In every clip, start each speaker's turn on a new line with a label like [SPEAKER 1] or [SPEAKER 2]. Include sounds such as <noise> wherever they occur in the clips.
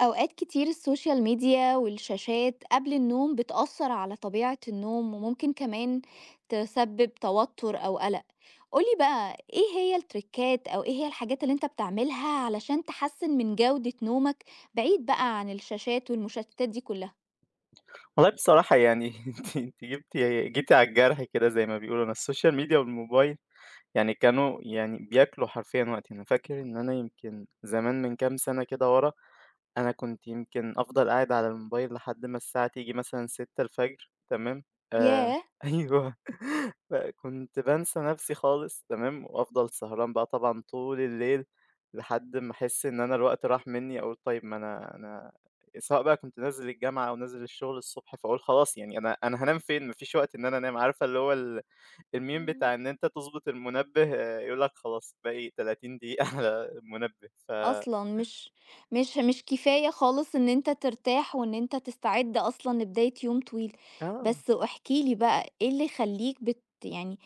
[SPEAKER 1] أوقات كتير السوشيال ميديا والشاشات قبل النوم بتأثر على طبيعة النوم وممكن كمان تسبب توتر أو قلق. قولي بقى إيه هي التريكات أو إيه هي الحاجات اللي أنت بتعملها علشان تحسن من جودة نومك بعيد بقى عن الشاشات والمشتتات دي كلها.
[SPEAKER 2] والله بصراحة يعني <laughs> أنتِ جيتِ على الجرح كده زي ما بيقولوا، أنا السوشيال ميديا والموبايل يعني كانوا يعني بياكلوا حرفيًا وقتي، أنا فاكر إن أنا يمكن زمان من كام سنة كده ورا، أنا كنت يمكن أفضل قاعد على الموبايل لحد ما الساعة تيجي مثلًا 6:00 تمام، آآ
[SPEAKER 1] ياه!
[SPEAKER 2] <laughs> أيوه. فكنت بانسى نفسي خالص تمام، وأفضل سهران بقى طبعًا طول الليل، لحد ما أحس إن أنا الوقت راح منّي، أقول طيب ما أنا سواء بقى كنت نازل الجامعة أو نازل الشغل الصبح، فأقول خلاص يعني أنا هانام فين؟ ما فيش وقت إن أنا أنام، عارفة اللي هو الmeme بتاع إن أنت تضبط المنبه آه، يقول لك خلاص باقي 30 دقيقة <laughs> على المنبه،
[SPEAKER 1] أصلًا مش كفاية خالص إن أنت ترتاح وإن أنت تستعد أصلًا لبداية يوم طويل،
[SPEAKER 2] آه.
[SPEAKER 1] بس احكِ لي بقى إيه اللي يخلّيك يعني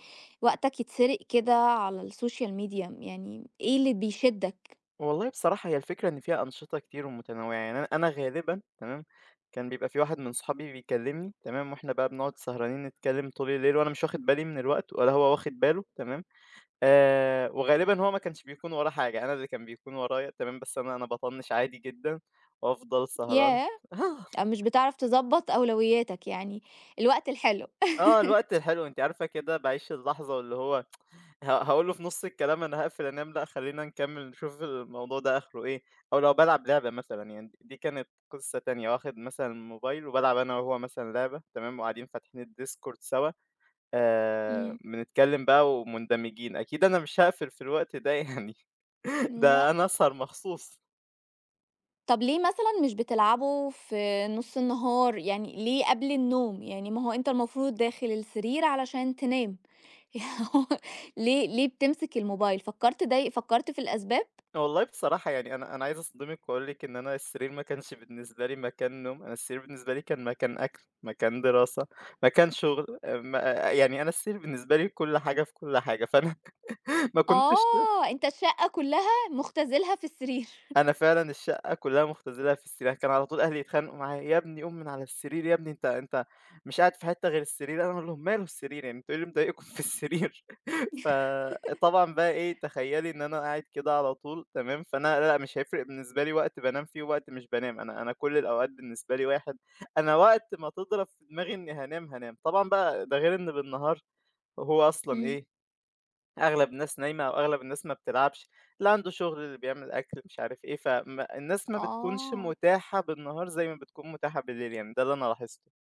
[SPEAKER 1] وقتك يتسرق كده على الSocial media، يعني إيه اللي بيشدك؟
[SPEAKER 2] والله بصراحة هي الفكرة إن فيها أنشطة كتير ومتنوعة، يعني أنا غالبًا تمام، كان بيبقى في واحد من صحابي بيكلمني تمام، وإحنا بقى بنقعد سهرانين نتكلم طول الليل وأنا مش واخد بالي من الوقت ولا هو واخد باله تمام، وغالبًا هو ما كانش بيكون وراه حاجة، أنا اللي كان بيكون ورايا تمام، بس أنا باطنش عادي جدًا وأفضل سهران
[SPEAKER 1] ياه!
[SPEAKER 2] <laughs>
[SPEAKER 1] مش بتعرف تضبّط أولوياتك، يعني الوقت الحلو.
[SPEAKER 2] آه، الوقت الحلو أنتِ عارفة كده باعيش اللحظة واللي هو هاقول له في نُص الكلام أنا هاقفل أنام، لأ خلّينا نكمّل نشوف الموضوع ده آخره إيه، أو لو بالعب لعبة مثلًا يعني دي كانت قصة تانية، واخد مثلًا الموبايل وبالعب أنا وهو مثلًا لعبة تمام، وقاعدين فاتحين الDiscord سوا
[SPEAKER 1] إمم.
[SPEAKER 2] بنتكلّم بقى ومندمجين، أكيد أنا مش هاقفل في الوقت ده يعني <laughs>
[SPEAKER 1] لأ،
[SPEAKER 2] ده أنا أسهر مخصوص.
[SPEAKER 1] طب ليه مثلًا مش بتلعبه في نُص النهار؟ يعني ليه قبل النوم؟ يعني ما هو أنت المفروض داخل السرير علشان تنام. <laughs> هو ليه بتمسك الموبايل؟ فكّرت في الأسباب؟
[SPEAKER 2] والله بصراحة يعني أنا عايز أصدمِك وأقول لِك إن أنا السرير ما كانش بالنسبة لي مكان نوم، أنا السرير بالنسبة لي كان مكان أكل، مكان دراسة، مكان شغل، م يعني أنا السرير بالنسبة لي كل حاجة في كل حاجة، فأنا <laughs> ما كنتش
[SPEAKER 1] آه، أنت الشقة كُلّها مختزلها في السرير.
[SPEAKER 2] أنا فعلًا الشقة كلّها مختزلها في السرير، كان على طول أهلي يتخانقوا معايا، "يا ابني قوم من على السرير، يا ابني أنت مش قاعد في حتّة غير السرير." أنا أقول لهم: "ماله السرير يعني أنتم إيه اللي مضايقكم في السرير؟" <laughs> فطبعًا بقى إيه، تخيّلي إن أنا قاعد كده على طول تمام، فأنا لأ، مش هيفرق بالنسبة لي وقت بانام فيه ووقت مش بانام، أنا كل الأوقات بالنسبة لي واحد، أنا وقت ما تضرب في دماغي إني هانام، هانام. طبعًا بقى ده غير إن بالنهار هو
[SPEAKER 1] <laughs>
[SPEAKER 2] أصلًا
[SPEAKER 1] إمم.
[SPEAKER 2] إيه، أغلب الناس نايمة أو أغلب الناس ما بتلعبش، اللي عنده شغل، اللي بيعمل أكل، مش عارف إيه، فما الناس ما بتكونش
[SPEAKER 1] آه.
[SPEAKER 2] متاحة بالنهار زي ما بتكون متاحة بالليل يعني، ده اللي أنا لاحظته.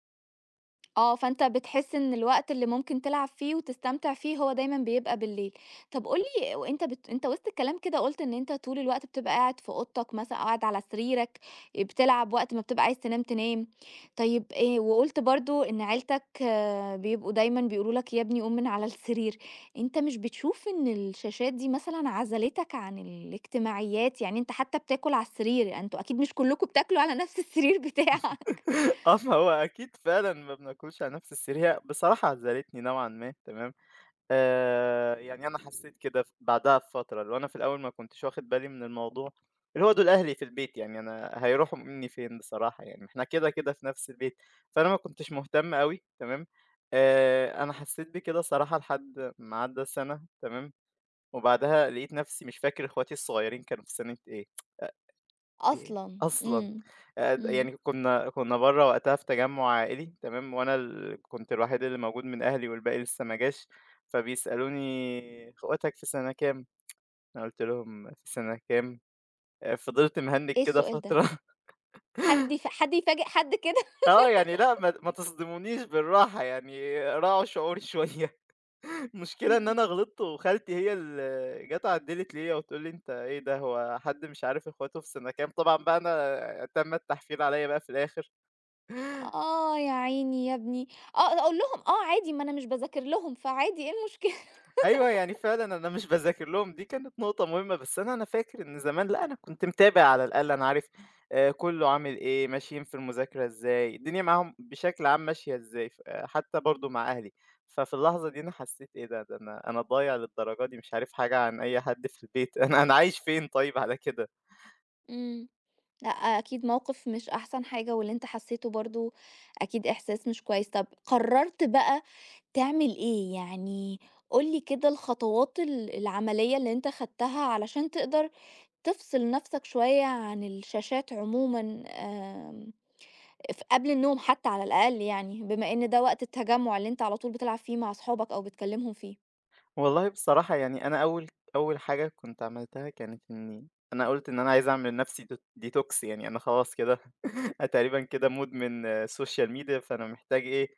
[SPEAKER 1] آه، فأنت بتحس إن الوقت اللي ممكن تلعب فيه وتستمتع فيه هو دايمًا بيبقى بالليل. طب قُل لي، وأنت بت أنت وسط الكلام كده قُلت إن أنت طول الوقت بتبقى قاعد في أوضتك مثلًا أو قاعد على سريرك، آه، بتلعب وقت ما بتبقى عايز تنام تنام. طيب وقُلت برضه إن عيلتك، آه، بيبقوا دايمًا بيقولوا لك يا ابني قُم من على السرير. أنت مش بتشوف إن الشاشات دي مثلًا عزلتك عن الاجتماعيات؟ يعني أنت حتى بتاكل على السرير، أنتم أكيد مش كلكم بتاكلوا على نفس السرير بتاعك.
[SPEAKER 2] <laughs> آه، فهو أكيد فعلًا ما بناكلش على نفس السرير، هي بصراحة عزّلتني نوعًا ما، تمام؟ يعني أنا حسّيت كده بعدها بفترة، اللي هو أنا في الأول ما كنتش واخد بالي من الموضوع، اللي هو دول أهلي في البيت يعني أنا هيروحوا منّي فين بصراحة يعني، ما إحنا كده، كده في نفس البيت، فأنا ما كنتش مهتم أوي تمام، أنا حسّيت بكده صراحة لحد ما عدّى سَنة تمام، وبعدها لقيت نفسي مش فاكر إخواتي الصغيّرين كانوا في سَنة إيه.
[SPEAKER 1] <laughs>
[SPEAKER 2] إيه
[SPEAKER 1] أصلًا.
[SPEAKER 2] أصلًا!
[SPEAKER 1] إمم.
[SPEAKER 2] د
[SPEAKER 1] إمم.
[SPEAKER 2] يعني كنا برّه وقتها في تجمُّع عائلي تمام، وأنا كنت الوحيد اللي موجود من أهلي والباقي لسه ما جاش، فبيسألوني: "أخواتك في سَنة كام؟" أنا قُلت لهم: "في سَنة كام؟" فضلت مهنِّج
[SPEAKER 1] إيه
[SPEAKER 2] كده
[SPEAKER 1] السؤال ده!
[SPEAKER 2] فترة
[SPEAKER 1] حد يفاجئ حد كده!
[SPEAKER 2] <laughs> آه، يعني لأ ما تصدمونيش بالراحة يعني راعوا شعوري شوية. <laughs> المشكلة إن
[SPEAKER 1] إمم.
[SPEAKER 2] أنا غلطت وخالتي هي اللي جات عدِّلت ليّا وتقول لي: "أنت إيه ده، هو حد مش عارف إخواته في سَنة كام؟" طبعًا بقى أنا تم التحفيل عليّا بقى في الآخر.
[SPEAKER 1] آه يا عيني يا ابني. آه أقول لهم آه عادي، ما أنا مش باذاكر لهم، فعادي إيه المشكلة؟ <laughs>
[SPEAKER 2] أيوه، يعني فعلًا أنا مش باذاكر لهم، دي كانت نقطة مهمة، بس أنا فاكر إن زمان لأ، أنا كنت متابع على الأقل، أنا عارف كُلّه عامل إيه، ماشيين في المذاكرة إزاي، الدنيا معاهم بشكل عام ماشية إزاي، آه، حتى برضه مع أهلي، ففي اللحظة دي أنا حسّيت إيه ده، ده أنا ضايع للدرجة دي، مش عارف حاجة عن أي حد في البيت، <laughs> أنا عايش فين طيب على كده؟
[SPEAKER 1] إمم. لأ أكيد موقف مش أحسن حاجة، واللي أنت حسيته برضه أكيد إحساس مش كويس. طب قررت بقى تعمل إيه؟ يعني قُل لي كده الخطوات العملية اللي أنت خدتها علشان تقدر تفصل نفْسك شوية عن الشاشات عمومًا. آمم، ف قبل النوم حتى على الأقل يعني، بما إن ده وقت التجمُّع اللي أنت على طول بتلعب فيه مع أصحابك أو بتكلّمهم فيه.
[SPEAKER 2] والله بصراحة يعني أنا أول حاجة كنت عملتها كانت إني أنا قُلت إن أنا عايز أعمل لنفسي detox يعني أنا خلاص كده أنا تقريبًا كده مدمن social media، فأنا محتاج إيه،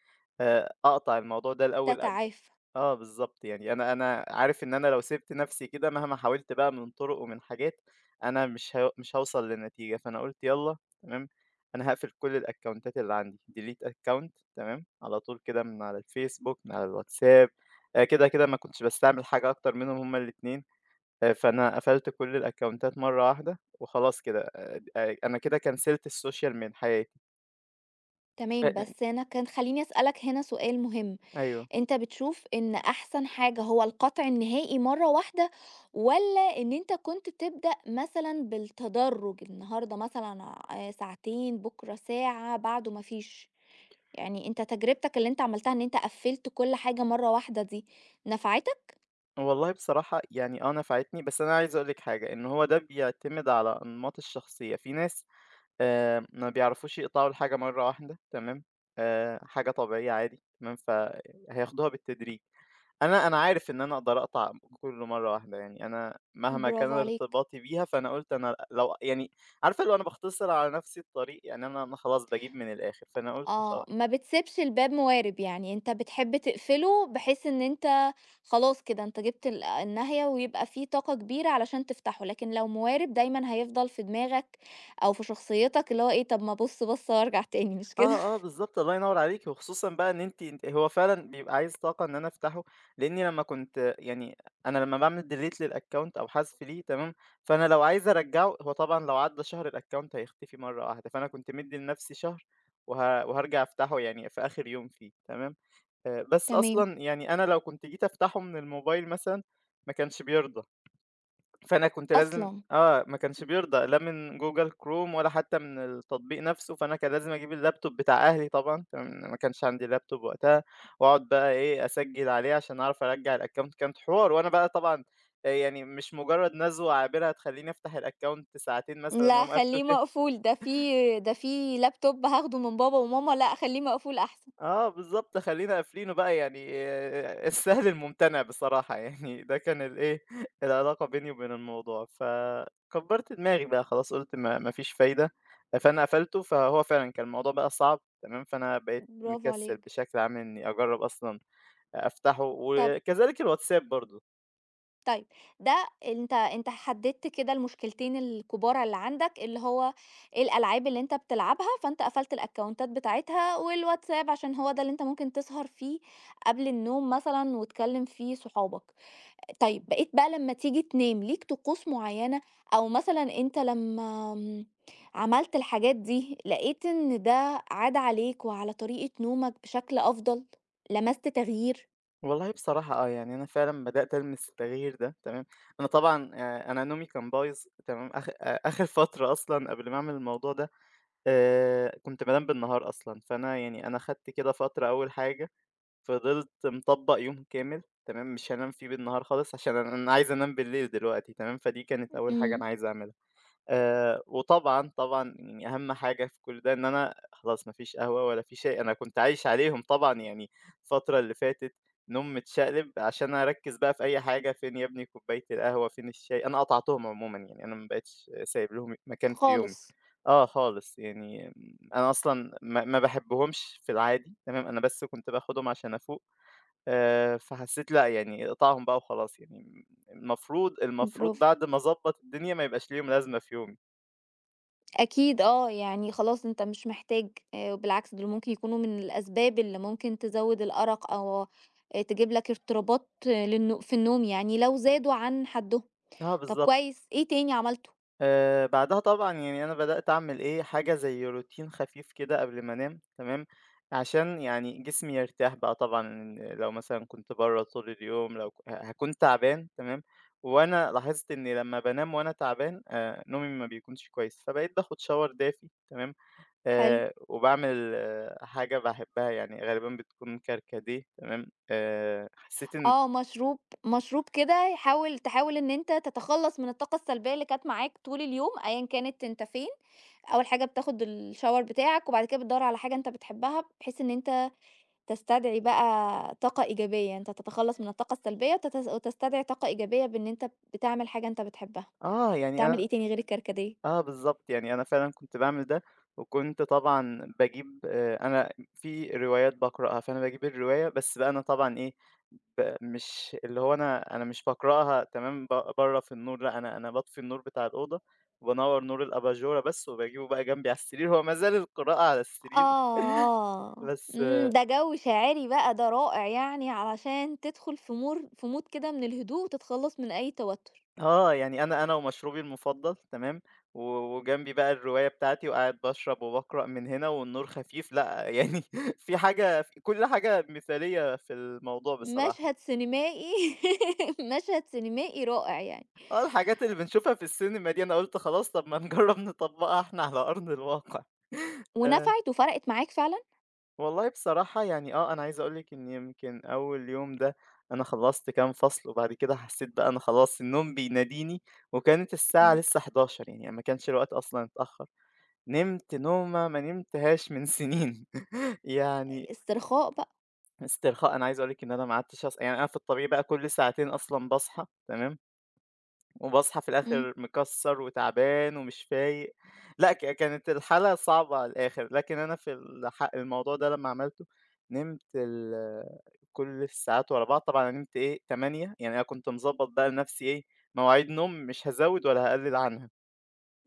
[SPEAKER 2] أقطع الموضوع ده الأول قبل
[SPEAKER 1] تتعافى.
[SPEAKER 2] آه بالضبط، يعني أنا عارف إن أنا لو سِبت نَفْسي كده مهما حاولت بقى من طُرق ومن حاجات، أنا مش هاوصل لنتيجة، فأنا قُلت يالّا تمام، أنا هاقفل كل الأكاونتات اللي عندي delete account تمام، على طول كده من على الفيسبوك، من على الواتساب، كده ما كنتش باستعمل حاجة أكتر منهم هُم الاتنين، فأنا قفلت كل الأكاونتات مرّة واحدة وخلاص كده، د أنا كده كنسلت السوشيال من حياتي. أ
[SPEAKER 1] تمام،
[SPEAKER 2] أ
[SPEAKER 1] بس أنا كان خلّيني أسألك هنا سؤال مهم،
[SPEAKER 2] أيوه.
[SPEAKER 1] أنت بتشوف إن أحسن حاجة هو القطع النهائي مرّة واحدة، والّا إن أنت كنت بتبدأ مثلًا بالتدرُّج، النهارده مثلًا ساعتين، بُكرة ساعة، بعده ما فيش؟ يعني أنت تجربتك اللي أنت عملتها إن أنت قفّلت كل حاجة مرّة واحدة دي، نفعتك؟
[SPEAKER 2] والله بصراحة يعني آه نفعتني، بس أنا عايز أقول لِك حاجة، إن هو ده بيعتمد على أنماط الشخصية، في ناس ما بيعرفوش يقطعوا الحاجة مرّة واحدة تمام، حاجة طبيعية عادي تمام، فهياخدوها بالتدريج. أنا عارف إن أنا أقدر أقطع كُلّه مرّة واحدة، يعني أنا مهما كان
[SPEAKER 1] برافو عليك.
[SPEAKER 2] ارتباطي بيها، فأنا قُلت أنا لو يعني عارفة اللي هو أنا باختصر على نفسي الطريق، يعني أنا خلاص باجيب من الآخر، فأنا قُلت
[SPEAKER 1] آه، ما بتسيبش الباب موارب، يعني أنت بتحب تقفله بحيث إن أنت خلاص كده أنت جبت الناهية ويبقى في طاقة كبيرة علشان تفتحه، لكن لو موارب دايمًا هيفضل في دماغك أو في شخصيتك اللي هو إيه، طب ما أبُص بصّة وأرجع تاني مش كده؟
[SPEAKER 2] آه، آه، بالضبط، الله ينوّر عليكِ، وخصوصًا بقى إن أنتِ هو فعلًا بيبقى عايز طاقة إن أنا أفتحه، لإني لمّا كنت يعني أنا لمّا باعمل delete للaccount أو حذف ليه تمام، فأنا لو عايز أرجّعه هو طبعًا لو عدّى شهر الaccount هيختفي مرّة واحدة، فأنا كنت مدّي لنفسي شهر وهارجع أفتحه يعني في آخر يوم فيه تمام،
[SPEAKER 1] <laughs>
[SPEAKER 2] بس
[SPEAKER 1] تمام.
[SPEAKER 2] أصلًا يعني أنا لو كنت جيت أفتحه من الموبايل مثلًا ما كانش بيرضى. فأنا كنت لازم
[SPEAKER 1] أصلًا!
[SPEAKER 2] ما كانش بيرضى لا من Google Chrome ولا حتى من التطبيق نفسه، فأنا كان لازم أجيب اللابتوب بتاع أهلي طبعًا، تمام، ما كانش عندي لابتوب وقتها، وأقعد بقى إيه، أسجّل عليه عشان أعرف أرجّع الaccount كانت حوار، وأنا بقى طبعًا يعني مش مجرد نزوة عابرة هتخلّيني أفتح الaccount ساعتين مثلًا
[SPEAKER 1] لأ
[SPEAKER 2] وأقوم
[SPEAKER 1] خلّيه
[SPEAKER 2] قافله
[SPEAKER 1] مقفول، ده في لابتوب هاخده من بابا وماما، لأ خلّيه مقفول أحسن.
[SPEAKER 2] آه بالضبط، خلّينا قافلينه بقى يعني السهل الممتنع بصراحة <laughs> يعني ده كان الإيه، <laughs> العلاقة بيني وبين الموضوع، فكبّرت دماغي بقى خلاص قُلت ما فيش فايدة، فأنا قفلته، فهو فعلًا كان الموضوع بقى صعب تمام، فأنا بقيت
[SPEAKER 1] برافو
[SPEAKER 2] مكسّل
[SPEAKER 1] عليك.
[SPEAKER 2] بشكل عام إني أجرّب أصلًا أفتحه
[SPEAKER 1] طب
[SPEAKER 2] وكذلك الواتساب برضه.
[SPEAKER 1] طيب، ده أنت حددت كده المشكلتين الكبار اللي عندك، اللي هو الألعاب اللي أنت بتلعبها، فأنت قفلت الأكونتات بتاعتها، والواتساب عشان هو ده اللي أنت ممكن تسهر فيه قبل النوم مثلًا وتكلم فيه صحابك. طيب، بقيت بقى لمّا تيجي تنام ليك طقوس معينة، أو مثلًا أنت لمّا عملت الحاجات دي لقيت إن ده عَدى عليك وعلى طريقة نومك بشكل أفضل؟ لمست تغيير؟
[SPEAKER 2] والله بصراحة آه، يعني أنا فعلًا بدأت ألمس التغيير ده تمام، أنا طبعًا أنا نومي كان بايظ تمام، آخر فترة أصلًا قبل ما أعمل الموضوع ده كنت بانام بالنهار أصلًا، فأنا يعني أنا خدت كده فترة أول حاجة، فضلت مطبّق يوم كامل تمام، مش هانام فيه بالنهار خالص عشان أنا عايز أنام بالليل دلوقتي تمام، فدي كانت أول حاجة
[SPEAKER 1] إمم.
[SPEAKER 2] أنا عايز أعملها. وطبعًا، يعني أهم حاجة في كل ده إن أنا خلاص ما فيش قهوة ولا في شاي، أنا كنت عايش عليهم طبعًا يعني الفترة اللي فاتت نوم متشقلب عشان أركّز بقى في أي حاجة، فين يا ابني كوباية القهوة، فين الشاي، أنا قطعتهم عمومًا يعني أنا ما بقيتش سايب لهم مكان في يومي.
[SPEAKER 1] خالص.
[SPEAKER 2] آه خالص، يعني أنا أصلًا ما باحبهمش في العادي، تمام، أنا بس كنت باخدهم عشان أفوق، فحسيت لأ، يعني اقطعهم بقى وخلاص يعني المفروض
[SPEAKER 1] برافو.
[SPEAKER 2] بعد ما أضبّط الدنيا ما يبقاش ليهم لازمة في يومي.
[SPEAKER 1] أكيد آه، يعني خلاص أنت مش محتاج بالعكس دول ممكن يكونوا من الأسباب اللي ممكن تزوّد الأرق أو آه، تجيب لك اضطرابات في النوم يعني لو زادوا عن حدّهم.
[SPEAKER 2] آه
[SPEAKER 1] طب
[SPEAKER 2] بالضبط.
[SPEAKER 1] كويس، إيه تاني عملته؟
[SPEAKER 2] بعدها طبعًا يعني أنا بدأت أعمل إيه، حاجة زي روتين خفيف كده قبل ما أنام تمام، عشان يعني جسمي يرتاح بقى طبعًا لو مثلًا كنت برّه طول اليوم لو ك ه هاكون تعبان تمام، وأنا لاحظت إني لمّا بانام وأنا تعبان نومي ما بيكونش كويس، فبقيت باخد shower دافي تمام،
[SPEAKER 1] حلو.
[SPEAKER 2] وباعمل حاجة باحبها يعني غالبًا بتكون كركديه تمام، حسيت إن
[SPEAKER 1] آه، مشروب كده، حاول إن أنت تتخلّص من الطاقة السلبية اللي كانت معاك طول اليوم أيًا كانت أنت فين، أول حاجة بتاخد الShower بتاعك وبعد كده بتدوّر على حاجة أنت بتحبها بحيث إن أنت تستدعي بقى طاقة إيجابية، يعني أنت تتخلّص من الطاقة السلبية وتستدعي طاقة إيجابية بإن أنت بتعمل حاجة أنت بتحبها.
[SPEAKER 2] آه يعني
[SPEAKER 1] بتعمل
[SPEAKER 2] أنا
[SPEAKER 1] إيه تاني غير الكركديه؟
[SPEAKER 2] آه بالضبط، يعني أنا فعلًا كنت باعمل ده، وكنت طبعًا باجيب أنا في روايات باقرأها، فأنا باجيب الرواية بس بقى أنا طبعًا إيه، مش اللي هو أنا مش باقرأها تمام برّه في النور، لأ أنا باطفي النور بتاع الأوضة، وبانوّر نور الأباجورة بس، وباجيبه بقى جنبي على السرير، هو ما زال القراءة على السرير،
[SPEAKER 1] آه.
[SPEAKER 2] بس
[SPEAKER 1] إمم، ده جو شاعري بقى ده رائع يعني علشان تدخل في mood كده من الهدوء وتتخلّص من أي توتر.
[SPEAKER 2] آه، يعني أنا ومشروبي المفضّل تمام، وجنبي بقى الرواية بتاعتي وقاعد باشرب وباقرأ من هنا والنور خفيف، لأ <laughs> يعني في حاجة ف كل حاجة مثالية في الموضوع بصراحة.
[SPEAKER 1] مشهد سينمائي. <laughs> مشهد سينمائي رائع يعني.
[SPEAKER 2] آه، الحاجات اللي بنشوفها في السينما دي أنا قُلت خلاص طب ما نجرّب نطبّقها إحنا على أرض الواقع. <laughs> آآ،
[SPEAKER 1] ونفعت وفرقت معاك فعلًا؟
[SPEAKER 2] والله بصراحة يعني آه، أنا عايز أقول لِك إن يمكن أول يوم ده أنا خلّصت كام فصل وبعد كده حسّيت بقى أنا خلاص النوم بيناديني وكانت الساعة
[SPEAKER 1] إمم.
[SPEAKER 2] لسه 23:00 يعني ما كانش الوقت أصلًا اتأخّر. نمت نومة ما نمتهاش من سنين <laughs> يعني
[SPEAKER 1] استرخاء بقى.
[SPEAKER 2] استرخاء أنا عايز أقول لِك إن أنا ما قعدتش أص يعني أنا في الطبيعي بقى كل ساعتين أصلًا باصحى تمام، وباصحى في
[SPEAKER 1] إمم.
[SPEAKER 2] الآخر مكسّر وتعبان ومش فايق، لأ كانت الحالة صعبة على الآخر، لكن أنا في الموضوع ده لمّا عملته نمت ال كل الساعات ورا بعض، طبعًا أنا نمت إيه 8 يعني أنا كنت مضبّط بقى لنفسي إيه مواعيد نوم مش هازوّد ولا هاقلل عنها.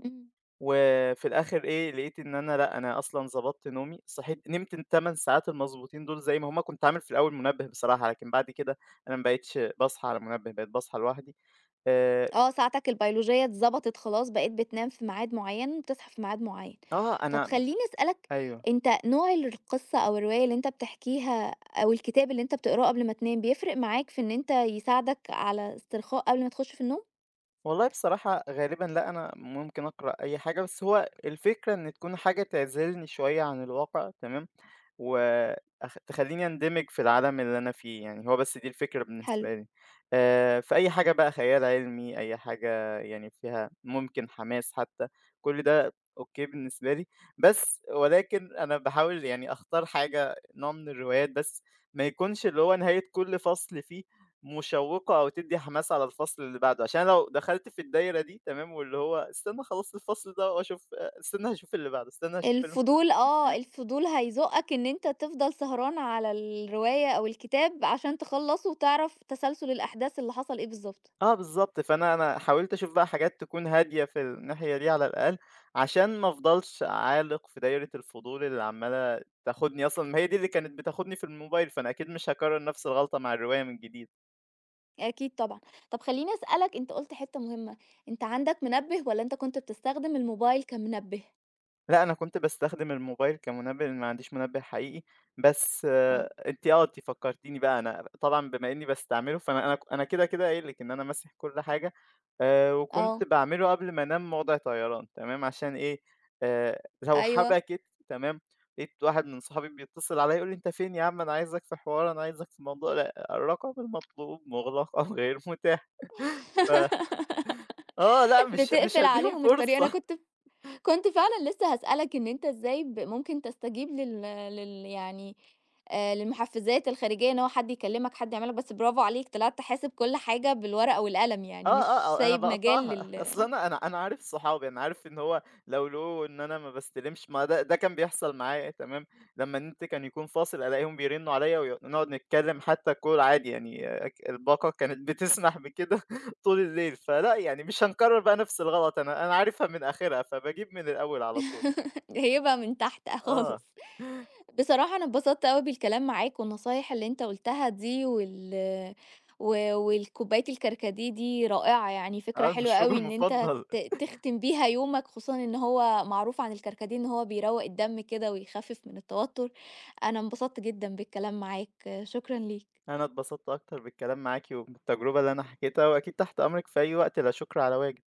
[SPEAKER 1] إمم.
[SPEAKER 2] وفي الآخر إيه، لقيت إن أنا لأ، أنا أصلًا ضبطت نومي، صحيت نمت ال8 ساعات المضبوطين دول زي ما هُم، كنت عامل في الأول منبه بصراحة، لكن بعد كده أنا ما بقيتش باصحى على منبه، بقيت باصحى لوحدي. آآ،
[SPEAKER 1] آه، ساعتك البيولوجية اتضبطت خلاص، بقيت بتنام في ميعاد معيّن وبتصحى في ميعاد معيّن.
[SPEAKER 2] آه،
[SPEAKER 1] طَب خلّيني أسألك،
[SPEAKER 2] أيوه.
[SPEAKER 1] أنت نوع القصة أو الرواية اللي أنت بتحكيها أو الكتاب اللي أنت بتقراه قبل ما تنام، بيفرق معاك في إن أنت يساعدك على استرخاء قبل ما تخش في النوم؟
[SPEAKER 2] والله بصراحة غالبًا لأ، أنا ممكن أقرأ أي حاجة، بس هو الفكرة إن تكون حاجة تعزلني شوية عن الواقع، تمام؟ تخلّيني أندمج في العالم اللي أنا فيه، يعني هو بس دي الفكرة
[SPEAKER 1] حلو.
[SPEAKER 2] بالنسبة لي. فأي حاجة بقى خيال علمي، أي حاجة يعني فيها ممكن حماس حتى، كل ده أوكي بالنسبة لي، بس ولكن أنا باحاول يعني أختار حاجة نوع من الروايات بس ما يكونش اللي هو نهاية كل فصل فيه مشوّقة أو تدّي حماس على الفصل اللي بعده، عشان لو دخلت في الدايرة دي تمام، واللي هو استنى خلاص الفصل ده وأشوف استنى هاشوف اللي بعده، استنى هاشوف اللي
[SPEAKER 1] الفضول، آه، الفضول هيزُقّك إن أنت تفضل سهران على الرواية أو الكتاب عشان تخلّصه وتعرف تسلسل الأحداث اللي حصل إيه بالضبط.
[SPEAKER 2] آه بالضبط، فأنا حاولت أشوف بقى حاجات تكون هادية في الناحية دي على الأقل، عشان ما أفضلش عالق في دايرة الفضول اللي عمّالة تاخدني أصلًا ما هي دي اللي كانت بتاخدني في الموبايل، فأنا أكيد مش هاكرر نفس الغلطة مع الرواية من جديد.
[SPEAKER 1] أكيد طبعًا. طب خلّيني أسألك، أنت قُلت حتّة مهمة، أنت عندك منبه والّا أنت كنت بتستخدم الموبايل كمنبه؟
[SPEAKER 2] لأ، أنا كنت باستخدم الموبايل كمنبه لأن ما عنديش منبه حقيقي، بس آه،
[SPEAKER 1] آه.
[SPEAKER 2] أنتِ أنتِ فكرتيني بقى أنا طبعًا بما إني باستعمله فأنا أنا كده قايل لِك إن أنا ماسح كل حاجة، وكنت
[SPEAKER 1] آه.
[SPEAKER 2] باعمله قبل ما أنام موضع طيران تمام، عشان إيه، لو
[SPEAKER 1] أيوه.
[SPEAKER 2] حبكِت تمام، لقيت واحد من صحابي بيتصل عليّا يقول لي: "أنت فين يا عم أنا عايزك في حوار، أنا عايزك في موضوع." لأ، الرقم المطلوب مُغلق <laughs> أو غير متاح. ف آه لأ،
[SPEAKER 1] <laughs>
[SPEAKER 2] مش
[SPEAKER 1] بتقفل
[SPEAKER 2] هادّيهم
[SPEAKER 1] عليهم الطريق. أنا
[SPEAKER 2] فرصة.
[SPEAKER 1] كنت كنت فعلًا لسه هاسألك إن أنت إزاي ممكن تستجيب لل لل يعني للمحفزات الخارجية إن هو حد يكلمك، حد يعمل لك، بس برافو عليك طلعت حاسب كل حاجة بالورقة والقلم،
[SPEAKER 2] آه،
[SPEAKER 1] يعني مش
[SPEAKER 2] آه، آه، أنا
[SPEAKER 1] سايب مجال
[SPEAKER 2] باقطعها،
[SPEAKER 1] لل.
[SPEAKER 2] <laughs> أصل أنا عارف صحابي، أنا عارف إن هو لو لقوا إن أنا ما باستلمش ما ده كان بيحصل معايا تمام، لمّا النت كان يكون فاصل ألاقيهم بيرنّوا عليَّ ونقعد نتكلم حتى call عادي يعني الباقة كانت بتسمح بكده <laughs> طول الليل، فلأ يعني مش هنكرر بقى نفس الغلط أنا عارفها من آخرها، فباجيب من الأول على طول.
[SPEAKER 1] <laughs> جايبها من تحت <laughs>
[SPEAKER 2] آه،
[SPEAKER 1] خالص. بصراحة أنا اتبسطت أوي بالكلام معاك، والنصايح اللي أنت قُلتها دي والكوباية الكركديه دي رائعة، يعني فكرة
[SPEAKER 2] آه،
[SPEAKER 1] حلوة
[SPEAKER 2] المشروب <laughs>
[SPEAKER 1] أوي إن أنت
[SPEAKER 2] المفضل.
[SPEAKER 1] تختم بيها يومك، خصوصًا إن هو معروف عن الكركديه إن هو بيروّق الدم كده ويخفف من التوتر. أنا انبسطت جدًا بالكلام معاك، شكرًا ليك.
[SPEAKER 2] أنا اتبسطت أكتر بالكلام معاكِ وبالتجربة اللي أنا حكيتها، وأكيد تحت أمرِك في أي وقت، لا شكر على واجب.